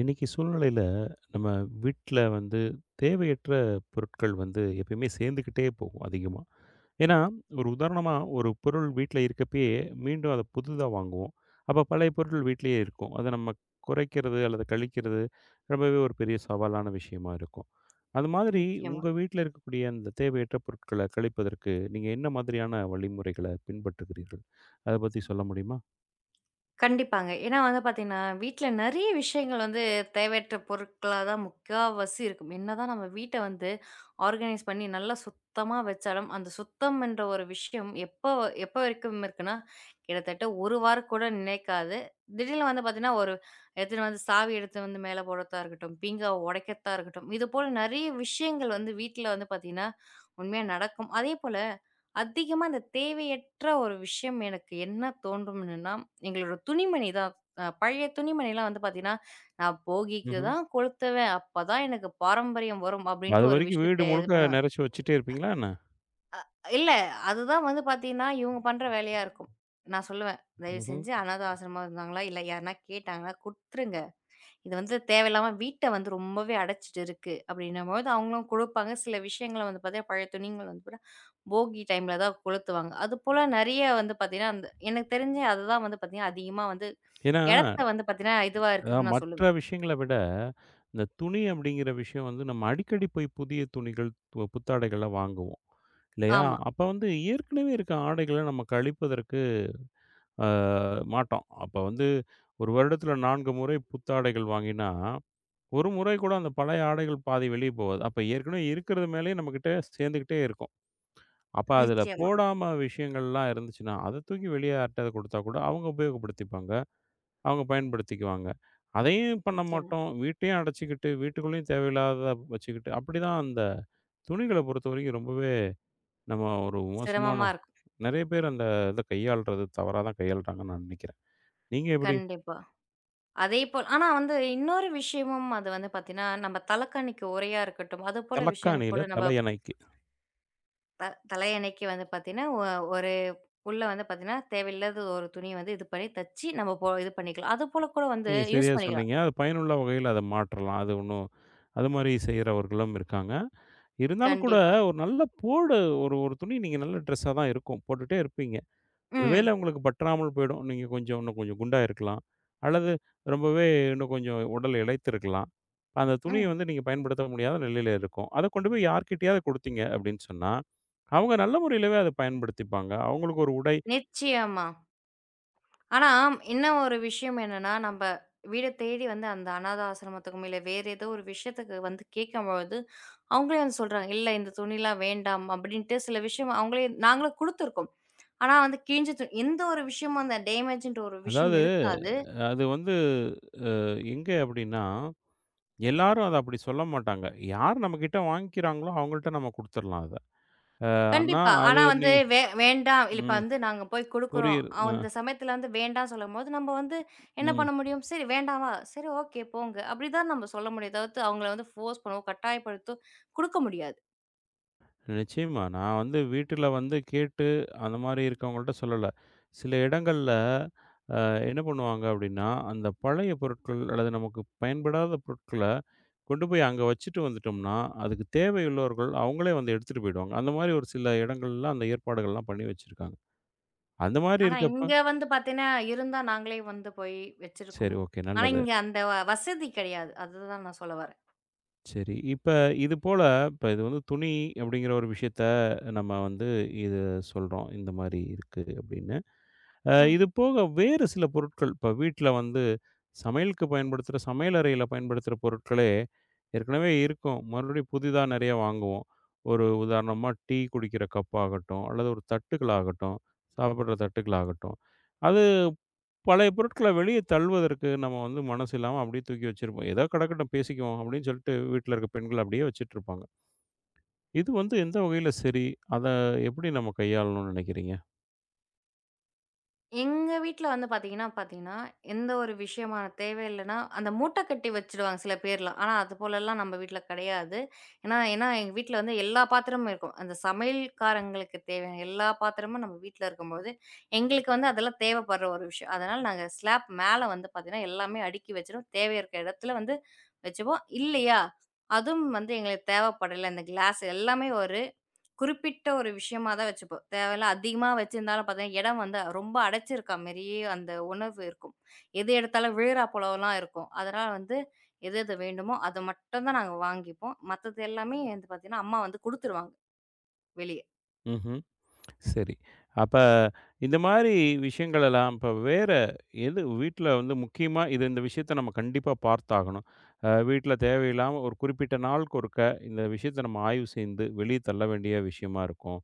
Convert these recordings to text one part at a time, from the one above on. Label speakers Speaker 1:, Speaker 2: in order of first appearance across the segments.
Speaker 1: இன்னைக்கு சூழ்நிலையில நம்ம வீட்ல வந்து தேவையற்ற பொருட்கள் வந்து எப்பயுமே சேர்ந்துக்கிட்டே போகும் அதிகமா. ஏன்னா, ஒரு உதாரணமா ஒரு பொருள் வீட்ல இருக்கப்பயே மீண்டும் அத புதிதா வாங்குவோம். அப்ப பழைய பொருட்கள் வீட்லயே இருக்கும். அத நம்ம குறைக்கிறது அல்லது கழிக்கிறது ரொம்பவே ஒரு பெரிய சவாலான விஷயமா இருக்கும். அது மாதிரி
Speaker 2: நிச்சயமா.
Speaker 1: உங்க வீட்ல இருக்கக்கூடிய அந்த தேவையற்ற பொருட்கள கழிப்பதற்கு நீங்க என்ன மாதிரியான வழிமுறைகள பின்பற்றுகிறீர்கள்? அத பத்தி சொல்ல முடியுமா?
Speaker 2: கண்டிப்பாங்க. ஏன்னா வந்து பார்த்தீங்கன்னா, வீட்ல நெறைய விஷயங்கள் வந்து தேவையற்ற பொருட்களா தான் முக்காவாசி இருக்கும். என்னதான் நம்ம வீட்ட வந்து ஆர்கனைஸ் பண்ணி நல்லா சுத்தமா வச்சாலும், அந்த சுத்தம் என்ற ஒரு விஷயம் எப்ப எப்ப வரைக்கும் இருக்குன்னா, கிட்டத்தட்ட 1 வாரம் கூட நிலைக்காது. திடீர்னு வந்து பார்த்தீங்கன்னா, ஒரு எடுத்துட்டு வந்து சாவி எடுத்து வந்து மேல போடத்தா இருக்கட்டும், பீங்காவ உடைக்கிறதா இருக்கட்டும், இதுபோல நெறைய விஷயங்கள் வந்து வீட்ல வந்து பார்த்தீங்கன்னா, உண்மையா நடக்கும். அதேபோல அதிகமா அந்த தேவையற்ற ஒரு விஷயம் எனக்கு என்ன தோன்றும்னுன்னா, எங்களோட துணிமணி தான். பழைய துணிமணிலாம் வந்து பார்த்தீங்கன்னா, நான் போகிக்கு
Speaker 1: ம்ஹ்ம்.
Speaker 2: தான் கொளுத்துவேன். அப்பதான் எனக்கு பாரம்பரியம் வரும். அப்படின்ட்டு ஒரு
Speaker 1: அதுவரைக்கும் வீடு
Speaker 2: விஷயத்த இது
Speaker 1: முழுக்க
Speaker 2: பண்ணுவேன்.
Speaker 1: நெறச்சி வச்சுட்டே இருப்பீங்களா என்ன?
Speaker 2: இல்ல. அதுதான் வந்து பார்த்தீங்கன்னா, இவங்க பண்ற வேலையா இருக்கும். நான் சொல்லுவேன், "தயவு
Speaker 1: ம்ஹ்ம்.
Speaker 2: செஞ்சு அனாதை ஆசிரமமா இருந்தாங்களா? இல்ல யாருனா கேட்டாங்கன்னா குடுத்துருங்க. இது வந்து தேவையில்லாம வீட்ட வந்து ரொம்பவே அடைச்சிட்டு இருக்கு." அப்படின்னும்போது அவங்களும் குடுப்பாங்க. சில விஷயங்கள வந்து பார்த்தீங்கன்னா, பழைய துணிங்கள வந்து பார்த்தா போகி டைம்ல தான் கொளுத்துவாங்க. அதுபோல நெறைய வந்து பார்த்தீங்கன்னா, அந்த எனக்கு தெரிஞ்சு அதுதான் வந்து பார்த்தீங்கன்னா, அதிகமா வந்து
Speaker 1: ஏன்னா,
Speaker 2: இடத்த வந்து பார்த்தீங்கன்னா, இதுவா இருக்குதுன்னு நான்
Speaker 1: மற்ற
Speaker 2: சொல்லுவேன்.
Speaker 1: விஷயங்கள விட, இந்த துணி அப்படிங்கிற விஷயம் வந்து நம்ம அடிக்கடி போய் புதிய துணிகள், புத்தாடைகள்லாம் வாங்குவோம். இல்லையா?
Speaker 2: ஆமா.
Speaker 1: அப்ப வந்து ஏற்கனவே இருக்க ஆடைகள நம்ம கழிப்பதற்கு அ மாட்டோம். அப்ப வந்து 1 வருடத்துல 4 முறை புத்தாடைகள் வாங்கினா, 1 முறை கூட அந்த பழைய ஆடைகள் பாதி வெளிய போகாது. அப்ப ஏற்கனவே இருக்கிறது மேலயே நம்மகிட்ட சேர்ந்துகிட்டே இருக்கும். அப்ப அதுல
Speaker 2: நிச்சயமா,
Speaker 1: போடாம விஷயங்கள்லாம் இருந்துச்சுன்னா, அத தூக்கி வெளிய யார்ட்டயாவது குடுத்தா கூட அவங்க உபயோகப்படுத்திப்பாங்க. அவங்க பயன்படுத்திக்குவாங்க. அதையும் பண்ண
Speaker 2: நிச்சயமா.
Speaker 1: மாட்டோம். வீட்டையும் அடைச்சுக்கிட்டு, வீட்டுக்குள்ளேயும் தேவையில்லாதத வச்சுக்கிட்டு, அப்படிதான் அந்த துணிகள பொறுத்தவரைக்கும் ரொம்பவே நம்ம ஒரு மோசமான
Speaker 2: சிரமமா இருக்கும்.
Speaker 1: நெறைய பேர் அந்த இத கையாள்றது தவறா தான் கையாள்றாங்கன்னு நான் நெனைக்கிறேன். நீங்க எப்படி?
Speaker 2: கண்டிப்பா. அதேபோல் ஆனா வந்து இன்னொரு விஷயமும் அது வந்து பார்த்தீங்கன்னா, நம்ம தலகாணிக்கு உரையா இருக்கட்டும், அதுபோல விஷயம் கூட
Speaker 1: தலக்காணியில
Speaker 2: நம்ம
Speaker 1: தலையணைக்கு.
Speaker 2: த தலையணைக்கு வந்து பார்த்தீங்கன்னா, ஒரு உள்ள வந்து பார்த்தீங்கன்னா, தேவையில்லாத ஒரு துணிய வந்து இது பண்ணி தச்சு நம்ம போ இது பண்ணிக்கலாம். அதுபோல கூட வந்து
Speaker 1: நீங்க சரியா
Speaker 2: யூஸ் பண்ணிக்கலாம்.
Speaker 1: சொன்னீங்க. அது பயனுள்ள வகையில அத மாற்றலாம். அது ஒண்ணும் அது மாரி செய்றவர்களும் இருக்காங்க. இருந்தாலும் கூட
Speaker 2: கண்டிப்பா.
Speaker 1: ஒரு நல்ல போடு ஒரு ஒரு துணி நீங்க நல்ல ட்ரெஸ்ஸா தான் இருக்கும். போட்டுட்டே இருப்பீங்க. ஒருவேளை
Speaker 2: ம்,
Speaker 1: உங்களுக்கு பற்றாமல் போயிடும். நீங்க கொஞ்சம் இன்னும் கொஞ்சம் குண்டா இருக்கலாம். அல்லது ரொம்பவே இன்னும் கொஞ்சம் உடல் இளைத்திருக்கலாம். அந்த துணிய
Speaker 2: ம்.
Speaker 1: வந்து நீங்க பயன்படுத்த முடியாத நிலையில இருக்கும். அத கொண்டு போய் யார்கிட்டயாவது குடுத்தீங்க அப்படின்னு சொன்னா, அவங்க நல்ல முறையிலவே அத பயன்படுத்திப்பாங்க. அவங்களுக்கு ஒரு உடை
Speaker 2: நிச்சயமா. ஆனா இன்னும் ஒரு விஷயம் என்னன்னா, நம்ப வீட தேடி வந்து அந்த அநாத ஆசிரமத்துக்கும், இல்ல வேறு ஏதோ ஒரு விஷயத்துக்கு வந்து கேட்கும்பொழுது, அவங்களே வந்து சொல்றாங்க, "இல்ல இந்த துணிலாம் வேண்டாம்" அப்படின்ட்டு சில விஷயம் அவங்களே நாங்களும் குடுத்துருக்கோம். ஆனா வந்து கிழிஞ்ச து எந்த ஒரு விஷயமும் அந்த டேமேஜ்ன்ற ஒரு விஷயம்
Speaker 1: அதாவது
Speaker 2: இருக்காது.
Speaker 1: அது வந்து அ எங்க அப்படின்னா, எல்லாரும் அத அப்படி சொல்ல மாட்டாங்க. யார் நம்மகிட்ட வாங்கிக்கிறாங்களோ அவங்கள்ட்ட நம்ம குடுத்துரலாம் அத. ஆனா
Speaker 2: கண்டிப்பா.
Speaker 1: அது
Speaker 2: ஆனா
Speaker 1: நீ
Speaker 2: வந்து வேண்டாம் இல்ல, இப்ப
Speaker 1: ம்.
Speaker 2: வந்து நாங்க போய் குடுக்குறோம்.
Speaker 1: புரியுது. அ.
Speaker 2: அந்த சமயத்துல வந்து வேண்டாம்னு சொல்லும்போது, நம்ம வந்து என்ன
Speaker 1: ம்.
Speaker 2: பண்ண முடியும்? "சரி வேண்டாவா? சரி ஓகே போங்க." அப்படிதான் நம்ம சொல்ல முடியும். தவிர்த்து அவங்கள வந்து ஃபோர்ஸ் பண்ணவோ, கட்டாயப்படுத்தோ குடுக்க முடியாது.
Speaker 1: நிச்சயமா. நான் வந்து வீட்டில வந்து கேட்டு, அந்த மாரி இருக்கவங்கள்ட்ட சொல்லல. சில இடங்கள்ல என்ன பண்ணுவாங்க அப்டின்னா, அந்த பழைய பொருட்கள் அல்லது நமக்கு பயன்படாத பொருட்கள கொண்டு போய் அங்க வச்சுட்டு வந்துட்டோம்னா, அதுக்கு தேவையுள்ளவர்கள் அவங்களே வந்து எடுத்துட்டு போயிடுவாங்க. அந்த மாரி ஒரு சில இடங்கள்ல அந்த ஏற்பாடுகள்லாம் பண்ணி வச்சிருக்காங்க. அந்த மாரி
Speaker 2: ஆனா
Speaker 1: இருக்கப்ப
Speaker 2: இங்க வந்து பாத்தீங்கன்னா, இருந்தா நாங்களே வந்து போய்
Speaker 1: சரி,
Speaker 2: வச்சிருக்கோம்.
Speaker 1: ஓகே
Speaker 2: ஆனா
Speaker 1: நல்லது.
Speaker 2: இங்க அந்த வசதி கிடையாது. அதுதான் நான் சொல்ல வரேன்.
Speaker 1: சரி. இப்ப இது போல இப்ப இது வந்து துணி அப்படிங்கிற ஒரு விஷயத்த நம்ம வந்து இது சொல்றோம். இந்த மாரி இருக்கு அப்படின்னு.
Speaker 2: ம்.
Speaker 1: இது போக வேறு சில பொருட்கள், இப்ப வீட்ல வந்து சமையலுக்கு பயன்படுத்துற சமையலறையில பயன்படுத்துற பொருட்களே ஏற்கனவே இருக்கும். மறுபடியும் புதிதா நெறைய வாங்குவோம். ஒரு உதாரணமா டீ குடிக்கிற கப் ஆகட்டும், அல்லது ஒரு தட்டுகள் ஆகட்டும், சாப்பிடுற தட்டுகள் ஆகட்டும். அது பழைய பொருட்கள வெளிய தள்ளுவதற்கு நம்ம வந்து மனசு இல்லாம அப்படியே தூக்கி வச்சிருப்போம். ஏதோ கிடக்கட்டும் பேசிக்குவோம் அப்படின்னு சொல்லிட்டு வீட்ல இருக்க பெண்கள் அப்படியே வச்சுட்டு இருப்பாங்க. இது வந்து எந்த வகையில சரி? அத எப்படி நம்ம கையாளணும்னு நினைக்கிறீங்க?
Speaker 2: எங்க வீட்ல வந்து பார்த்தீங்கன்னா பார்த்தீங்கன்னா, எந்த ஒரு விஷயமான தேவை இல்லன்னா, அந்த மூட்டை கட்டி வச்சுடுவாங்க சில பேர்லாம். ஆனா, அது போலலாம் நம்ம வீட்ல கிடையாது. ஏன்னா ஏன்னா எங்க வீட்ல வந்து எல்லா பாத்திரமும் இருக்கும். அந்த சமையல்காரங்களுக்கு தேவையான எல்லா பாத்திரமும் நம்ம வீட்ல இருக்கும்போது, எங்களுக்கு வந்து அதெல்லாம் தேவைப்படுற ஒரு விஷயம். அதனால நாங்க ஸ்லாப் மேல வந்து பார்த்தீங்கன்னா, எல்லாமே அடுக்கி வச்சுருவோம். தேவை இருக்க இடத்துல வந்து வச்சுப்போம். இல்லையா, அதுவும் வந்து எங்களுக்கு தேவைப்படல. இந்த கிளாஸ் எல்லாமே ஒரு குறிப்பிட்ட ஒரு விஷயமா தான் வச்சுப்போம். தேவையில்ல அதிகமா வச்சிருந்தாலும் பார்த்தீங்கன்னா, இடம் வந்து ரொம்ப அடைச்சிருக்கா மாரியே அந்த உணவு இருக்கும். எது எடுத்தாலும் விழுறா போலலாம் இருக்கும். அதனால வந்து எது எது வேண்டுமோ, அத மட்டும் தான் நாங்க வாங்கிப்போம். மத்தது எல்லாமே வந்து பார்த்தீங்கன்னா, அம்மா வந்து குடுத்துருவாங்க வெளிய.
Speaker 1: ம்ஹ்ம். சரி. அப்ப இந்த மாரி விஷயங்கள் எல்லாம் இப்ப வேற எது வீட்ல வந்து முக்கியமா இது இந்த விஷயத்த நம்ம கண்டிப்பா பார்த்தாகணும். வீட்ல தேவையில்லாம ஒரு குறிப்பிட்ட நாளுக்கு ஒருக்க இந்த விஷயத்த நம்ம ஆய்வு செய்து வெளிய தள்ள வேண்டிய விஷயமா இருக்கும்.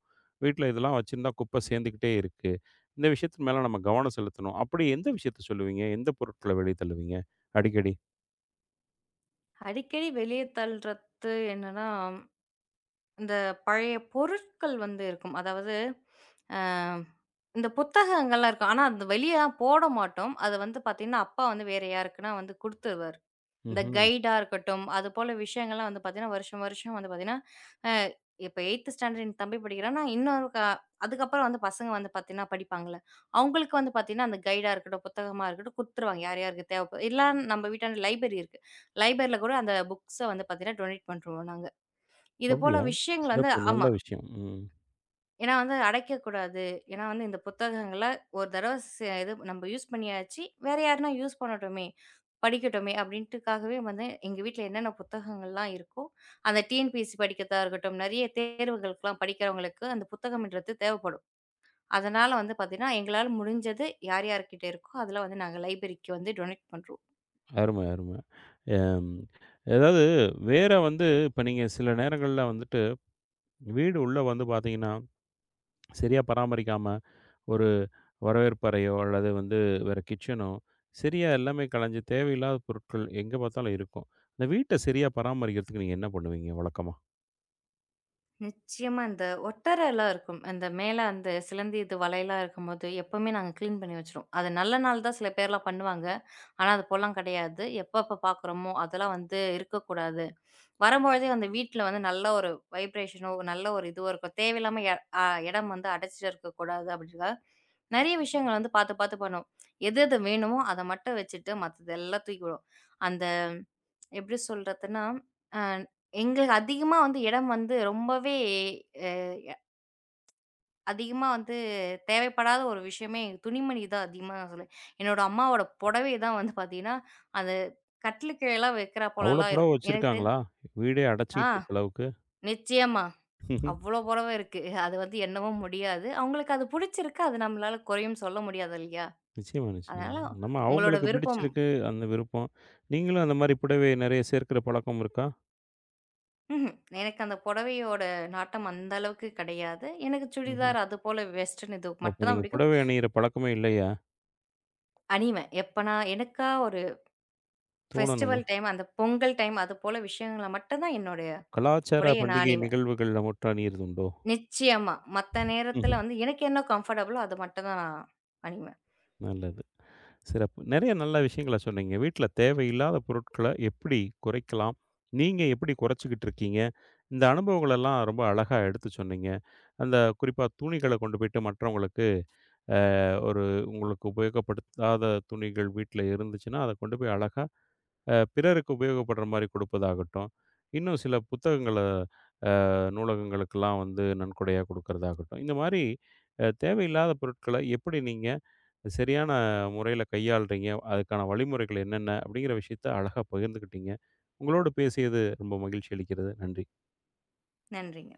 Speaker 1: வீட்ல இதெல்லாம் வச்சிருந்தா குப்பை சேர்ந்துக்கிட்டே இருக்கு. இந்த விஷயத்து மேல நம்ம கவனம் செலுத்தணும். அப்படி எந்த விஷயத்த சொல்லுவீங்க? எந்த பொருட்கள வெளிய தள்ளுவீங்க? அடிக்கடி?
Speaker 2: அடிக்கடி வெளிய தள்றது என்னன்னா, இந்த பழைய பொருட்கள் வந்து இருக்கும். அதாவது அ இந்த புத்தகங்கள்லாம் இருக்கும். ஆனா, அது வெளிய தான் போட மாட்டோம். அத வந்து பார்த்தீங்கன்னா, அப்பா வந்து வேற யாருக்குன்னா வந்து குடுத்துருவாரு. இந்த
Speaker 1: ம்ஹ்ம்.
Speaker 2: கைடா இருக்கட்டும், அது போல விஷயங்கள்லாம் வந்து பார்த்தீங்கன்னா, வருஷம் வருஷம் வந்து பார்த்தீங்கன்னா, அ இப்ப 8த் ஸ்டாண்டர்ட் என் தம்பி படிக்கிறான்னா, இன்னொரு க அதுக்கப்புறம் வந்து பசங்க வந்து பார்த்தீங்கன்னா, படிப்பாங்கல்ல. அவங்களுக்கு வந்து பார்த்தீங்கன்னா, அந்த கைடா இருக்கட்டும், புத்தகமா இருக்கட்டும் குடுத்துருவாங்க. யார் யாருக்கு தேவைப்ப இல்ல நம்ம வீட்டாண்ட லைப்ரரி இருக்கு. லைப்ரரியில கூட அந்த புக்ஸ வந்து பார்த்தீங்கன்னா, டொனேட் பண்ருவோம் நாங்க. இது போல
Speaker 1: அப்படியா?
Speaker 2: விஷயங்கள் வந்து
Speaker 1: சிறப்பு. நல்ல
Speaker 2: ஆமா.
Speaker 1: விஷயம். ம்.
Speaker 2: ஏன்னா வந்து அடைக்கக்கூடாது. ஏன்னா வந்து இந்த புத்தகங்கள ஒரு தடவ சே இது நம்ம யூஸ் பண்ணியாச்சு. வேற யாருனா யூஸ் பண்ணட்டுமே! படிக்கட்டுமே! அப்பிடின்ட்டுக்காகவே வந்து எங்க வீட்ல என்னென்ன புத்தகங்கள்லாம் இருக்கோ, அந்த டிஎன்பிஎஸ்சி படிக்கிறதா இருக்கட்டும், நிறைய தேர்வுகளுக்குலாம் படிக்கிறவங்களுக்கு அந்த புத்தகம்ன்றது தேவைப்படும். அதனால வந்து பார்த்தீங்கன்னா, எங்களால முடிஞ்சது யார் யார்கிட்ட இருக்கோ, அதெல்லாம் வந்து நாங்க லைப்ரரிக்கு வந்து டொனேட் பண்றோம்.
Speaker 1: அருமை, அருமை. அம். அதாவது வேற வந்து இப்ப நீங்க சில நேரங்கள்ல வந்துட்டு, வீடு உள்ள வந்து பார்த்தீங்கன்னா, சரியா பராமரிக்காம, ஒரு வரவேற்பறையோ அல்லது வந்து வேற கிச்சனோ, சரியா எல்லாமே கலஞ்சு தேவையில்லாத பொருட்கள் எங்க பார்த்தாலும் இருக்கும். இந்த வீட்ட சரியா பராமரிக்கிறதுக்கு நீங்க என்ன பண்ணுவீங்க வழக்கமா?
Speaker 2: நிச்சயமா இந்த ஒட்டறலாம் இருக்கும். அந்த மேல அந்த சிலந்தி இது வலையெல்லாம் இருக்கும்போது, எப்பவுமே நாங்க கிளீன் பண்ணி வச்சுருவோம். அது நல்ல நாள் தான் சில பேர்லாம் பண்ணுவாங்க. ஆனா அது இப்போலாம் கிடையாது. எப்பப்ப பார்க்குறோமோ, அதெல்லாம் வந்து இருக்கக்கூடாது. வரும்பொழுதே வந்து வீட்ல வந்து நல்ல ஒரு வைப்ரேஷனோ, நல்ல ஒரு இதுவோ இருக்கும். தேவையில்லாம எ அ இடம் வந்து அடைச்சுட்டு இருக்கக்கூடாது அப்படின்றதுக்காக, நெறைய விஷயங்கள் வந்து பார்த்து பார்த்து பண்ணுவோம். எது எது வேணுமோ அத மட்டும் வச்சுட்டு மத்தது எல்லாம் தூக்கிவிடுவோம். அந்த எப்படி சொல்றதுன்னா, அ எங்களுக்கு அதிகமா வந்து இடம் வந்து ரொம்பவே அ அதிகமா வந்து தேவைப்படாத ஒரு விஷயமே துணிமணி தான் அதிகமா நான் சொல்லுவேன். என்னோட அம்மாவோட புடவை தான் வந்து பார்த்தீங்கன்னா, அந்த கட்டிலுக்கீழலாம் வைக்கிறா
Speaker 1: அவ்ளோ
Speaker 2: போலலாம்
Speaker 1: புடவ
Speaker 2: இருக்கும். எனக்கு தெரி
Speaker 1: வச்சிருக்காங்களா? வீடே
Speaker 2: ஆ
Speaker 1: அடைச்சுக்கிட்டு இருக்க அளவுக்கு?
Speaker 2: நிச்சயமா. அவ்ளோ புடவை இருக்கு. அது வந்து எண்ணவும் முடியாது. அவங்களுக்கு அது புடிச்சிருக்கு. அது நம்மளால குறையும் சொல்ல முடியாது இல்லையா?
Speaker 1: நிச்சயமா, நிச்சயமா.
Speaker 2: அதனால
Speaker 1: நம்ம
Speaker 2: உங்களோட
Speaker 1: அவங்களுக்கு
Speaker 2: விருப்பம்
Speaker 1: பிடிச்சிருக்கு அந்த விருப்பம். நீங்களும் அந்த மாரி புடவை நெறைய சேர்க்கிற பழக்கம் இருக்கா?
Speaker 2: ம்ஹ்ம். எனக்கு அந்த புடவையோட நாட்டம் அந்த அளவுக்கு கிடையாது. எனக்கு
Speaker 1: ம்ஹ்ம்.
Speaker 2: சுடிதார் அது போல வெஸ்டர்ன் இது
Speaker 1: அப்ப
Speaker 2: மட்டும் தான்
Speaker 1: நீங்க
Speaker 2: பிடிக்கும்.
Speaker 1: புடவை அணியிற பழக்கமே இல்லையா?
Speaker 2: அணிவேன். எப்ப நான் எனக்கா ஒரு
Speaker 1: தோணணுமா?
Speaker 2: ஃபெஸ்டிவல் டைம், அந்த பொங்கல் டைம் அது போல விஷயங்கள மட்டும் தான் என்னுடைய
Speaker 1: கலாச்சார
Speaker 2: உடைய நான்
Speaker 1: பண்டிகை
Speaker 2: அணிவேன்.
Speaker 1: நிகழ்வுகள்ல முற்றாணியது உண்டோ?
Speaker 2: நிச்சயமா. மத்த
Speaker 1: ம்ஹ்ம்.
Speaker 2: நேரத்துல வந்து எனக்கு என்ன கம்ஃபர்டபுளோ அது மட்டும் தான் நான் அணிவேன்.
Speaker 1: நல்லது. சிறப்பு. நெறைய நல்ல விஷயங்கள சொன்னீங்க. வீட்ல தேவையில்லாத பொருட்கள எப்படி குறைக்கலாம்? நீங்க எப்படி குறைச்சுக்கிட்டு இருக்கீங்க? இந்த அனுபவங்களெல்லாம் ரொம்ப அழகா எடுத்து சொன்னீங்க. அந்த குறிப்பா துணிகள கொண்டு போயிட்டு மற்றவங்களுக்கு ஒரு உங்களுக்கு உபயோகப்படுத்தாத துணிகள் வீட்ல இருந்துச்சுன்னா, அத கொண்டு போய் அழகா பிறருக்கு உபயோகப்படுற மாரி குடுப்பதாகட்டும், இன்னும் சில புத்தகங்கள நூலகங்களுக்கெல்லாம் வந்து நன்கொடையா குடுக்கிறதாகட்டும். இந்த மாரி தேவையில்லாத பொருட்கள எப்படி நீங்க சரியான முறையில கையாள்றீங்க? அதுக்கான வழிமுறைகள் என்னென்ன? அப்படிங்கிற விஷயத்த அழகா பகிர்ந்துக்கிட்டீங்க. உங்களோடு பேசியது ரொம்ப மகிழ்ச்சி அளிக்கிறது. நன்றி.
Speaker 2: நன்றிங்க.